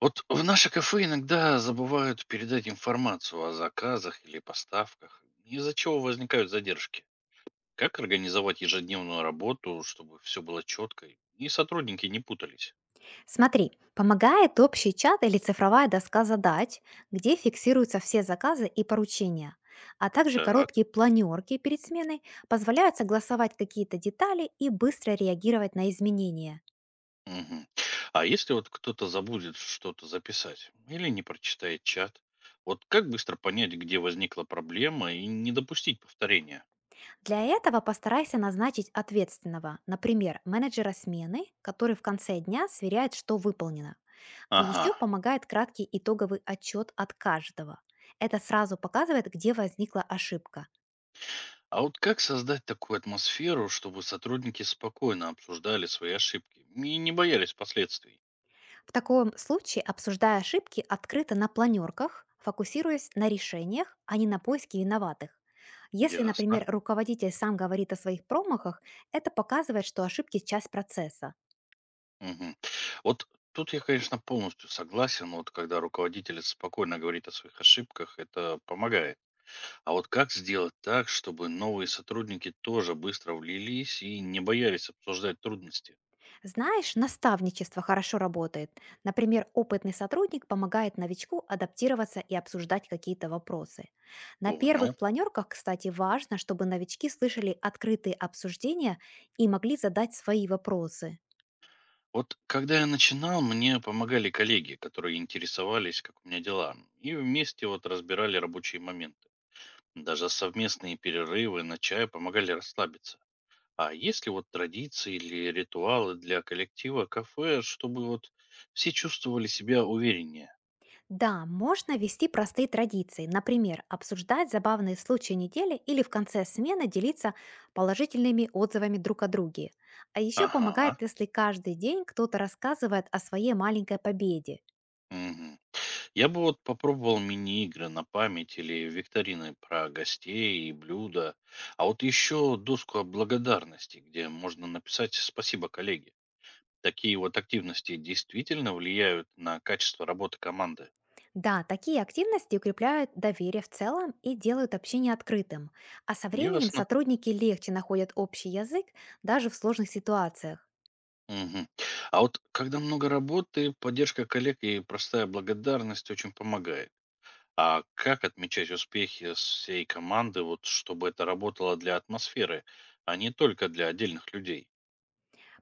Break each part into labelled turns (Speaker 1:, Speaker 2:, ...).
Speaker 1: Вот в наше кафе иногда забывают передать информацию о заказах или поставках, из-за чего возникают задержки. Как организовать ежедневную работу, чтобы все было четко и сотрудники не путались?
Speaker 2: Смотри, помогает общий чат или цифровая доска задач, где фиксируются все заказы и поручения. А также
Speaker 1: Так.
Speaker 2: короткие планерки перед сменой позволяют согласовать какие-то детали и быстро реагировать на изменения.
Speaker 1: Мгм. А если вот кто-то забудет что-то записать или не прочитает чат, вот как быстро понять, где возникла проблема и не допустить повторения?
Speaker 2: Для этого постарайся назначить ответственного, например, менеджера смены, который в конце дня сверяет, что выполнено.
Speaker 1: Ага.
Speaker 2: Еще помогает краткий итоговый отчет от каждого. Это сразу показывает, где возникла ошибка.
Speaker 1: А вот как создать такую атмосферу, чтобы сотрудники спокойно обсуждали свои ошибки и не боялись последствий?
Speaker 2: В таком случае, обсуждая ошибки открыто на планерках, фокусируясь на решениях, а не на поиске виноватых. Если,
Speaker 1: Ясно.
Speaker 2: например, руководитель сам говорит о своих промахах, это показывает, что ошибки– часть процесса.
Speaker 1: Мгм. Вот тут я, конечно, полностью согласен. Вот когда руководитель спокойно говорит о своих ошибках, это помогает. А вот как сделать так, чтобы новые сотрудники тоже быстро влились и не боялись обсуждать трудности?
Speaker 2: Знаешь, наставничество хорошо работает. Например, опытный сотрудник помогает новичку адаптироваться и обсуждать какие-то вопросы. На
Speaker 1: Понял.
Speaker 2: первых планерках, кстати, важно, чтобы новички слышали открытые обсуждения и могли задать свои вопросы.
Speaker 1: Вот когда я начинал, мне помогали коллеги, которые интересовались, как у меня дела, и вместе вот разбирали рабочие моменты. Даже совместные перерывы на чай помогали расслабиться. А есть ли вот традиции или ритуалы для коллектива кафе, чтобы вот все чувствовали себя увереннее?
Speaker 2: Да, можно вести простые традиции, например, обсуждать забавные случаи недели или в конце смены делиться положительными отзывами друг о друге. А еще помогает,
Speaker 1: Ага.
Speaker 2: если каждый день кто-то рассказывает о своей маленькой победе.
Speaker 1: Мгм. Я бы вот попробовал мини-игры на память или викторины про гостей и блюда. А вот еще доску благодарности, где можно написать «Спасибо, коллеги». Такие вот активности действительно влияют на качество работы команды?
Speaker 2: Да, такие активности укрепляют доверие в целом и делают общение открытым. А со временем
Speaker 1: Ясно.
Speaker 2: сотрудники легче находят общий язык даже в сложных ситуациях.
Speaker 1: Мгм. А вот когда много работы, поддержка коллег и простая благодарность очень помогает. А как отмечать успехи всей команды, вот чтобы это работало для атмосферы, а не только для отдельных людей?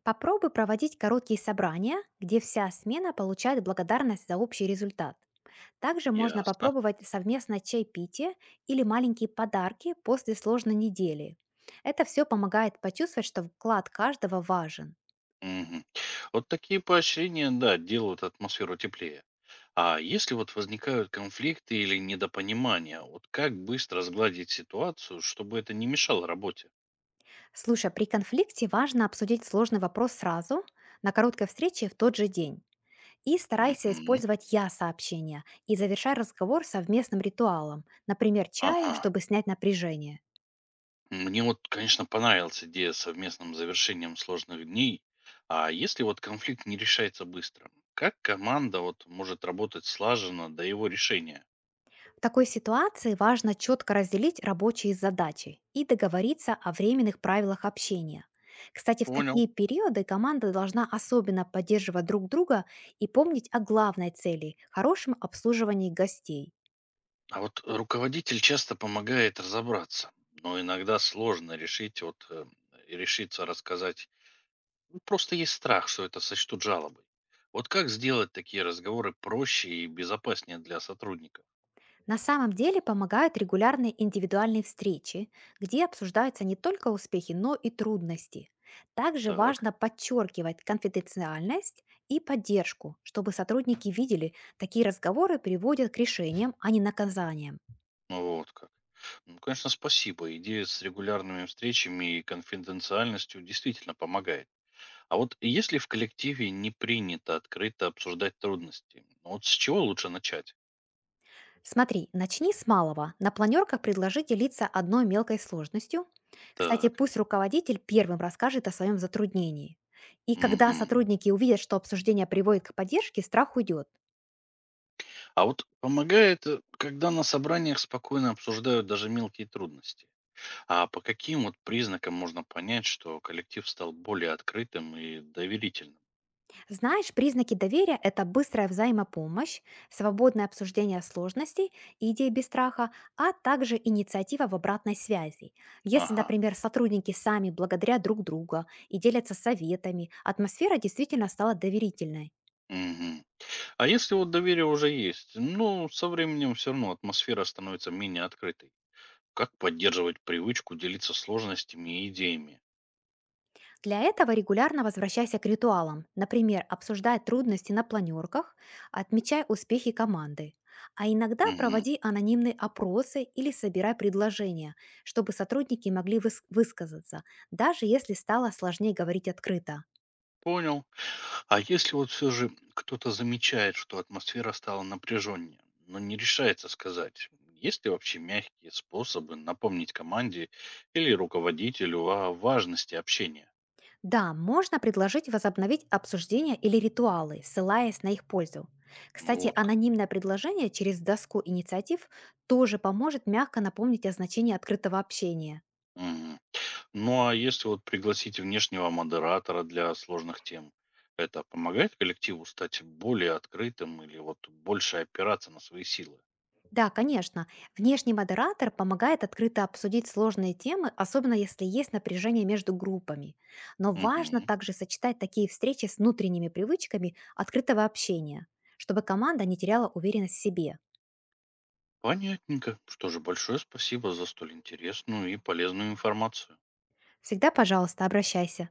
Speaker 2: Попробуй проводить короткие собрания, где вся смена получает благодарность за общий результат. Также можно
Speaker 1: Ясно.
Speaker 2: попробовать совместное чайпитие или маленькие подарки после сложной недели. Это все помогает почувствовать, что вклад каждого важен.
Speaker 1: Мгм. Вот такие поощрения, да, делают атмосферу теплее. А если вот возникают конфликты или недопонимания, вот как быстро сгладить ситуацию, чтобы это не мешало работе?
Speaker 2: Слушай, а при конфликте важно обсудить сложный вопрос сразу, на короткой встрече в тот же день. И старайся
Speaker 1: Мгм.
Speaker 2: использовать «я-сообщения» и завершай разговор совместным ритуалом, например, чаем,
Speaker 1: Ага.
Speaker 2: чтобы снять напряжение.
Speaker 1: Мне вот, конечно, понравилась идея с совместным завершением сложных дней. А если вот конфликт не решается быстро, как команда вот может работать слаженно до его решения?
Speaker 2: В такой ситуации важно четко разделить рабочие задачи и договориться о временных правилах общения. Кстати, в
Speaker 1: Понял.
Speaker 2: такие периоды команда должна особенно поддерживать друг друга и помнить о главной цели– хорошем обслуживании гостей.
Speaker 1: А вот руководитель часто помогает разобраться, но иногда сложно решить вот и решиться рассказать. Ну, просто есть страх, что это сочтут жалобой. Вот как сделать такие разговоры проще и безопаснее для сотрудников?
Speaker 2: На самом деле помогают регулярные индивидуальные встречи, где обсуждаются не только успехи, но и трудности. Также
Speaker 1: Так,
Speaker 2: важно подчеркивать конфиденциальность и поддержку, чтобы сотрудники видели, такие разговоры приводят к решениям, а не наказаниям.
Speaker 1: ну вот как. Ну, конечно, спасибо. Идея с регулярными встречами и конфиденциальностью действительно помогает. А вот если в коллективе не принято открыто обсуждать трудности, ну вот с чего лучше начать?
Speaker 2: Смотри, начни с малого. На планерках предложи делиться одной мелкой сложностью. Кстати,
Speaker 1: Так.
Speaker 2: пусть руководитель первым расскажет о своем затруднении. И когда
Speaker 1: Мгм.
Speaker 2: сотрудники увидят, что обсуждение приводит к поддержке, страх уйдет.
Speaker 1: А вот помогает, когда на собраниях спокойно обсуждают даже мелкие трудности. А по каким вот признакам можно понять, что коллектив стал более открытым и доверительным?
Speaker 2: Знаешь, признаки доверия– это быстрая взаимопомощь, свободное обсуждение сложностей и идей без страха, а также инициатива в обратной связи. Если,
Speaker 1: Ага.
Speaker 2: например, сотрудники сами благодарят друг друга и делятся советами, атмосфера действительно стала доверительной.
Speaker 1: Мгм. А если вот доверие уже есть, ну, со временем все равно атмосфера становится менее открытой. Как поддерживать привычку делиться сложностями и идеями?
Speaker 2: Для этого регулярно возвращайся к ритуалам. Например, обсуждай трудности на планерках, отмечай успехи команды. А иногда
Speaker 1: Мгм.
Speaker 2: проводи анонимные опросы или собирай предложения, чтобы сотрудники могли высказаться, даже если стало сложнее говорить открыто.
Speaker 1: Понял. А если вот все же кто-то замечает, что атмосфера стала напряженнее, но не решается сказать, есть ли вообще мягкие способы напомнить команде или руководителю о важности общения?
Speaker 2: Да, можно предложить возобновить обсуждения или ритуалы, ссылаясь на их пользу.
Speaker 1: Ну
Speaker 2: Кстати,
Speaker 1: вот как.
Speaker 2: анонимное предложение через доску инициатив тоже поможет мягко напомнить о значении открытого общения.
Speaker 1: Мгм. Ну а если вот пригласить внешнего модератора для сложных тем, это помогает коллективу стать более открытым или вот больше опираться на свои силы?
Speaker 2: Да, конечно. Внешний модератор помогает открыто обсудить сложные темы, особенно если есть напряжение между группами. Но важно
Speaker 1: Мгм.
Speaker 2: также сочетать такие встречи с внутренними привычками открытого общения, чтобы команда не теряла уверенность в себе.
Speaker 1: Понятненько. Что же, большое спасибо за столь интересную и полезную информацию.
Speaker 2: Всегда, пожалуйста, обращайся.